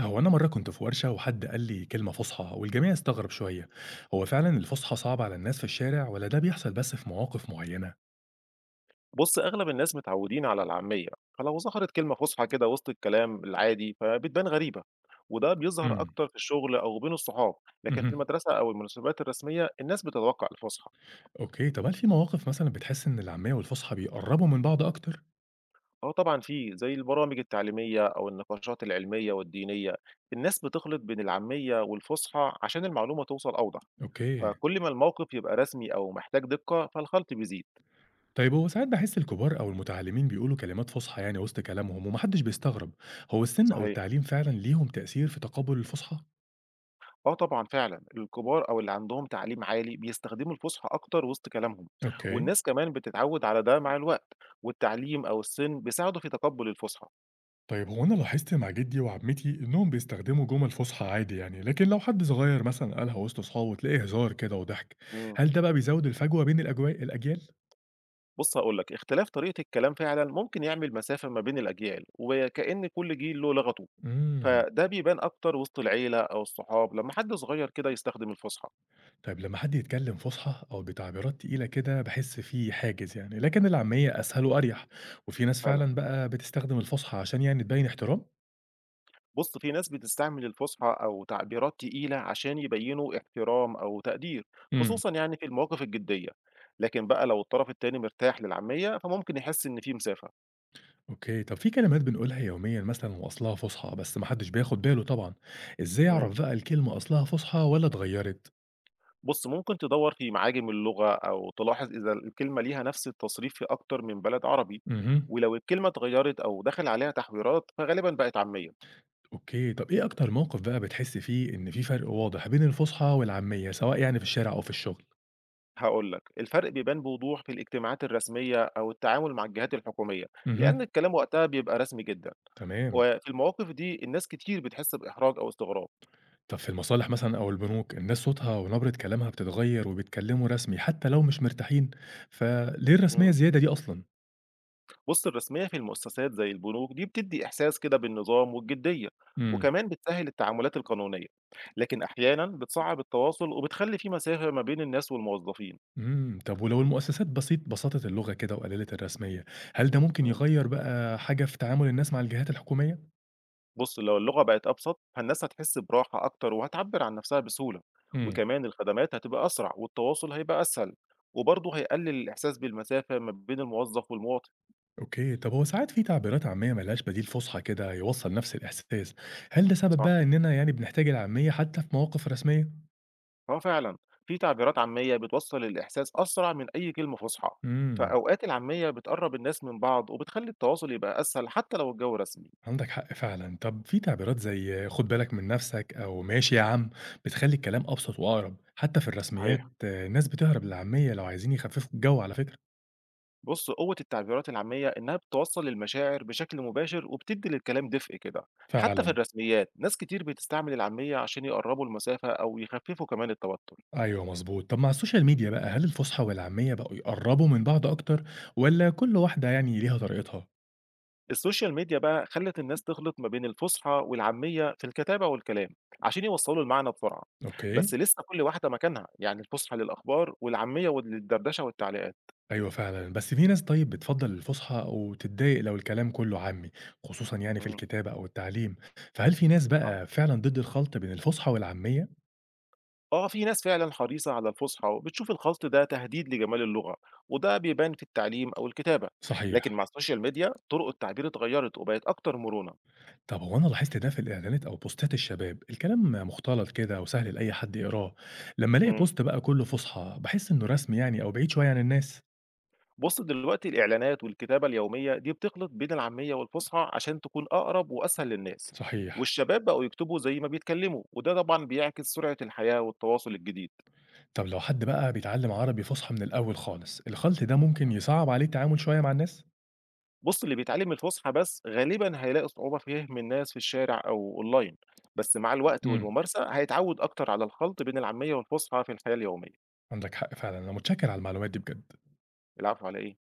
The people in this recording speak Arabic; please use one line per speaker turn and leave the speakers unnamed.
هو أنا مرة كنت في ورشة وحد قال لي كلمة فصحى والجميع استغرب شوية، هو فعلا الفصحى صعب على الناس في الشارع ولا ده بيحصل بس في مواقف معينة؟
بُص، أغلب الناس متعودين على العامية، فلو ظهرت كلمة فُصحى كده وسط الكلام العادي فبتبان غريبة، وده بيظهر
امم.
أكتر في الشغل أو بين الصحاب، لكن في
اها.
المدرسة أو المناسبات الرسمية الناس بتتوقع الفُصحى.
اوكي، طب هل في مواقف مثلا بتحس إن العامية والفصحى بيقربوا من بعض أكتر؟
آه طبعًا في، زي البرامج التعليمية أو النقاشات العلمية والدينية، الناس بتخلط بين العامية والفُصحى عشان المعلومة توصل أوضح،
اوكي.
فكل ما الموقف يبقى رسمي أو محتاج دقة فالخلط بيزيد.
طيب هو ساعات بحس الكبار أو المتعلمين بيقولوا كلمات فصحى يعني وسط كلامهم ومحدش بيستغرب، هو السن أو
صحيح.
التعليم فعلا ليهم تأثير في تقبل الفصحى؟
آه طبعًا فعلًا، الكبار أو اللي عندهم تعليم عالي بيستخدموا الفُصحى أكتر وسط كلامهم،
اوكي.
والناس كمان بتتعوّد على ده مع الوقت، والتعليم أو السِن بيساعدوا في تقبُّل الفُصحى.
طيب هو أنا لاحظت مع جدي وعمتي إنهم بيستخدموا جمل فصحى عادي يعني لكن لو حد صغير مثلا قالها وسط أصحابه تلاقيه هزار كده وضحك.
إمم.
هل ده بقى بيزود الفجوة بين الأجواء الأجيال؟
بُص هاقول لك، اختلاف طريقة الكلام فعلًا ممكن يعمل مسافة ما بين الأجيال، وكأن كل جيل له لغته،
امم.
فده بيبان أكتر وسط العيلة أو الصحاب لمّا حد صغير كده يستخدم الفُصحى
طيب لما حد يتكلم فصحى أو بتعبيرات تقيلة كده بحس فيه حاجز يعني لكن العامية أسهل وأريح، وفي ناس
فعلًا.
فعلا بقى بتستخدم الفصحى عشان يعني تبين احترام؟
بُص، في ناس بتستعمل الفُصحى أو تعبيرات تقيلة عشان يبيّنوا احترام أو تقدير،
امم.
خصوصًا يعني في المواقف الجدية، لكن بقى لو الطرف التاني مرتاح للعامية، فممكن يحس إن في مسافة.
اوكي، طب في كلمات بنقولها يوميا مثلا وأصلها فصحى بس محدش بياخد باله طبعا، ازاي
إمم.
أعرف بقى الكلمة أصلها فصحى ولا اتغيرت؟
بُص، ممكن تدوّر في معاجم اللغة أو تلاحظ إذا الكلمة ليها نفس التصريف في أكتر من بلد عربي،
امم.
ولو الكلمة اتغيّرت أو دخل عليها تحويرات، فغالبًا بقت عامية.
أوكي، طب إيه أكتر موقف بقى بتحسّي فيه إن في فرق واضح بين الفُصحى والعامية، سواء يعني في الشارع أو في الشغل؟
هاقول لك، الفرق بيبان بوضوح في الاجتماعات الرسمية أو التعامل مع الجهات الحكومية، لأن
اهم.
الكلام وقتها بيبقى رسمي جدًا،
تمام.
وفي المواقف دي الناس كتير بتحس بإحراج أو استغراب.
طب في المصالح مثلًا أو البنوك، الناس صوتها ونبرة كلامها بتتغيّر وبيتكلّموا رسمي حتى لو مش مرتاحين، فليه الرسمية
امم.
الزيادة دي أصلًا؟
بُص الرسمية في المؤسسات زي البنوك دي بتدي إحساس كده بالنظام والجدية،
إمم.
وكمان بتسهل التعاملات القانونية، لكن أحيانًا بتصعب التواصل وبتخلي في مسافة ما بين الناس والموظفين.
إمم، طب ولو المؤسسات بسيط بسّطت اللغة كده وقلّلت الرسمية، هل ده ممكن يغيّر بقى حاجة في تعامل الناس مع الجهات الحكومية؟
بُص، لو اللغة بقت أبسط، فالناس هتحس براحة أكتر وهتعبّر عن نفسها بسهولة،
إمم.
وكمان الخدمات هتبقى أسرع والتواصل هيبقى أسهل، وبرضه هيقلل الإحساس بالمسافة ما بين الموظف والمواطن،
أوكي، طب هو ساعات في تعبيرات عامية ما لهاش بديل فُصحى كده يوصّل نفس الإحساس، هل ده سبب
صح،
بقى إننا يعني بنحتاج العامية حتى في مواقف رسمية؟
آه فعلًا، في تعبيرات عامية بتوصّل الإحساس أسرع من أي كلمة فُصحى،
إمم.
فأوقات العامية بتقرّب الناس من بعض وبتخلّي التواصل يبقى أسهل حتى لو الجو رسمي،
عندك حق فعلًا، طب في تعبيرات زي خُد بالك من نفسك أو ماشي يا عم، بتخلّي الكلام أبسط وأقرب، حتى في الرسميات
صحيح.
آه، الناس بتهرب للعامية لو عايزين يخففوا الجو على فكرة.
بص قوة التعبيرات العامية إنها بتوصل المشاعر بشكل مباشر وبتدي للكلام دفء كده، حتى في
فعلًا.
الرسميات ناس كتير بتستعمل العامية عشان يقربوا المسافة أو يخففوا كمان التوتر.
أيوه مضبوط، طب مع السوشيال ميديا بقى هل الفُصحى والعامية بقوا يقرّبوا من بعض أكتر والّا كل واحدة يعني ليها طريقتها؟
السوشيال ميديا بقى خلت الناس تخلط ما بين الفصحى والعامية في الكتابة والكلام عشان يوصلوا المعنى بسرعة، بس
أوكي.
لسه كل واحدة مكانها يعني الفصحى للأخبار والعامية للدردشة والتعليقات.
أيوه فعلًا، بس في ناس طيب بتفضّل الفُصحى أو تتضايق لو الكلام كُلّه عامي، خصوصًا يعني في
مم.
الكتابة أو التعليم، فهل في ناس بقى فعلًا ضد الخلط بين الفُصحى والعامية؟
آه، في ناس فعلًا حريصة على الفُصحى وبتشوف الخَلْط ده تهديد لجمال اللغة، وده بيبان في التعليم أو الكتابة، لكن
صحيح.
مع السوشيال ميديا طُرق التعبير اتغيّرت وبقت أكتر مرونة.
طب هو أنا لاحظت ده في الإعلانات أو بوستات الشباب، الكلام مُختلط كده وسهل لأي حد يقراه، لمّا ألاقي
إمم،
بوست بقى كُلّه فُصحى باحس إنه رسمي يعني أو بعيد شوية عن الناس.
بُص دلوقتي الإعلانات والكتابة اليومية دي بتخلِط بين العامية والفُصحى عشان تكون أقرب وأسهل للناس،
صحيح.
والشباب بقوا يكتبوا زي ما بيتكلّموا، وده طبعًا بيعكس سرعة الحياة والتواصل الجديد.
طب لو حد بقى بيتعلم عربي فُصحى من الأول خالص، الخلط ده ممكن يصعّب عليه التعامل شوية مع الناس؟
بُص، اللي بيتعلم الفُصحى بس غالبًا هيلاقي صعوبة في فهم الناس في الشارع أو online، بس مع الوقت
إمم.
والممارسة هيتعود أكتر على الخلط بين العامية والفُصحى في الحياة اليومية.
عندك حق فعلًا، أنا متشكر على المعلومات دي بجد.
العفو على إيه؟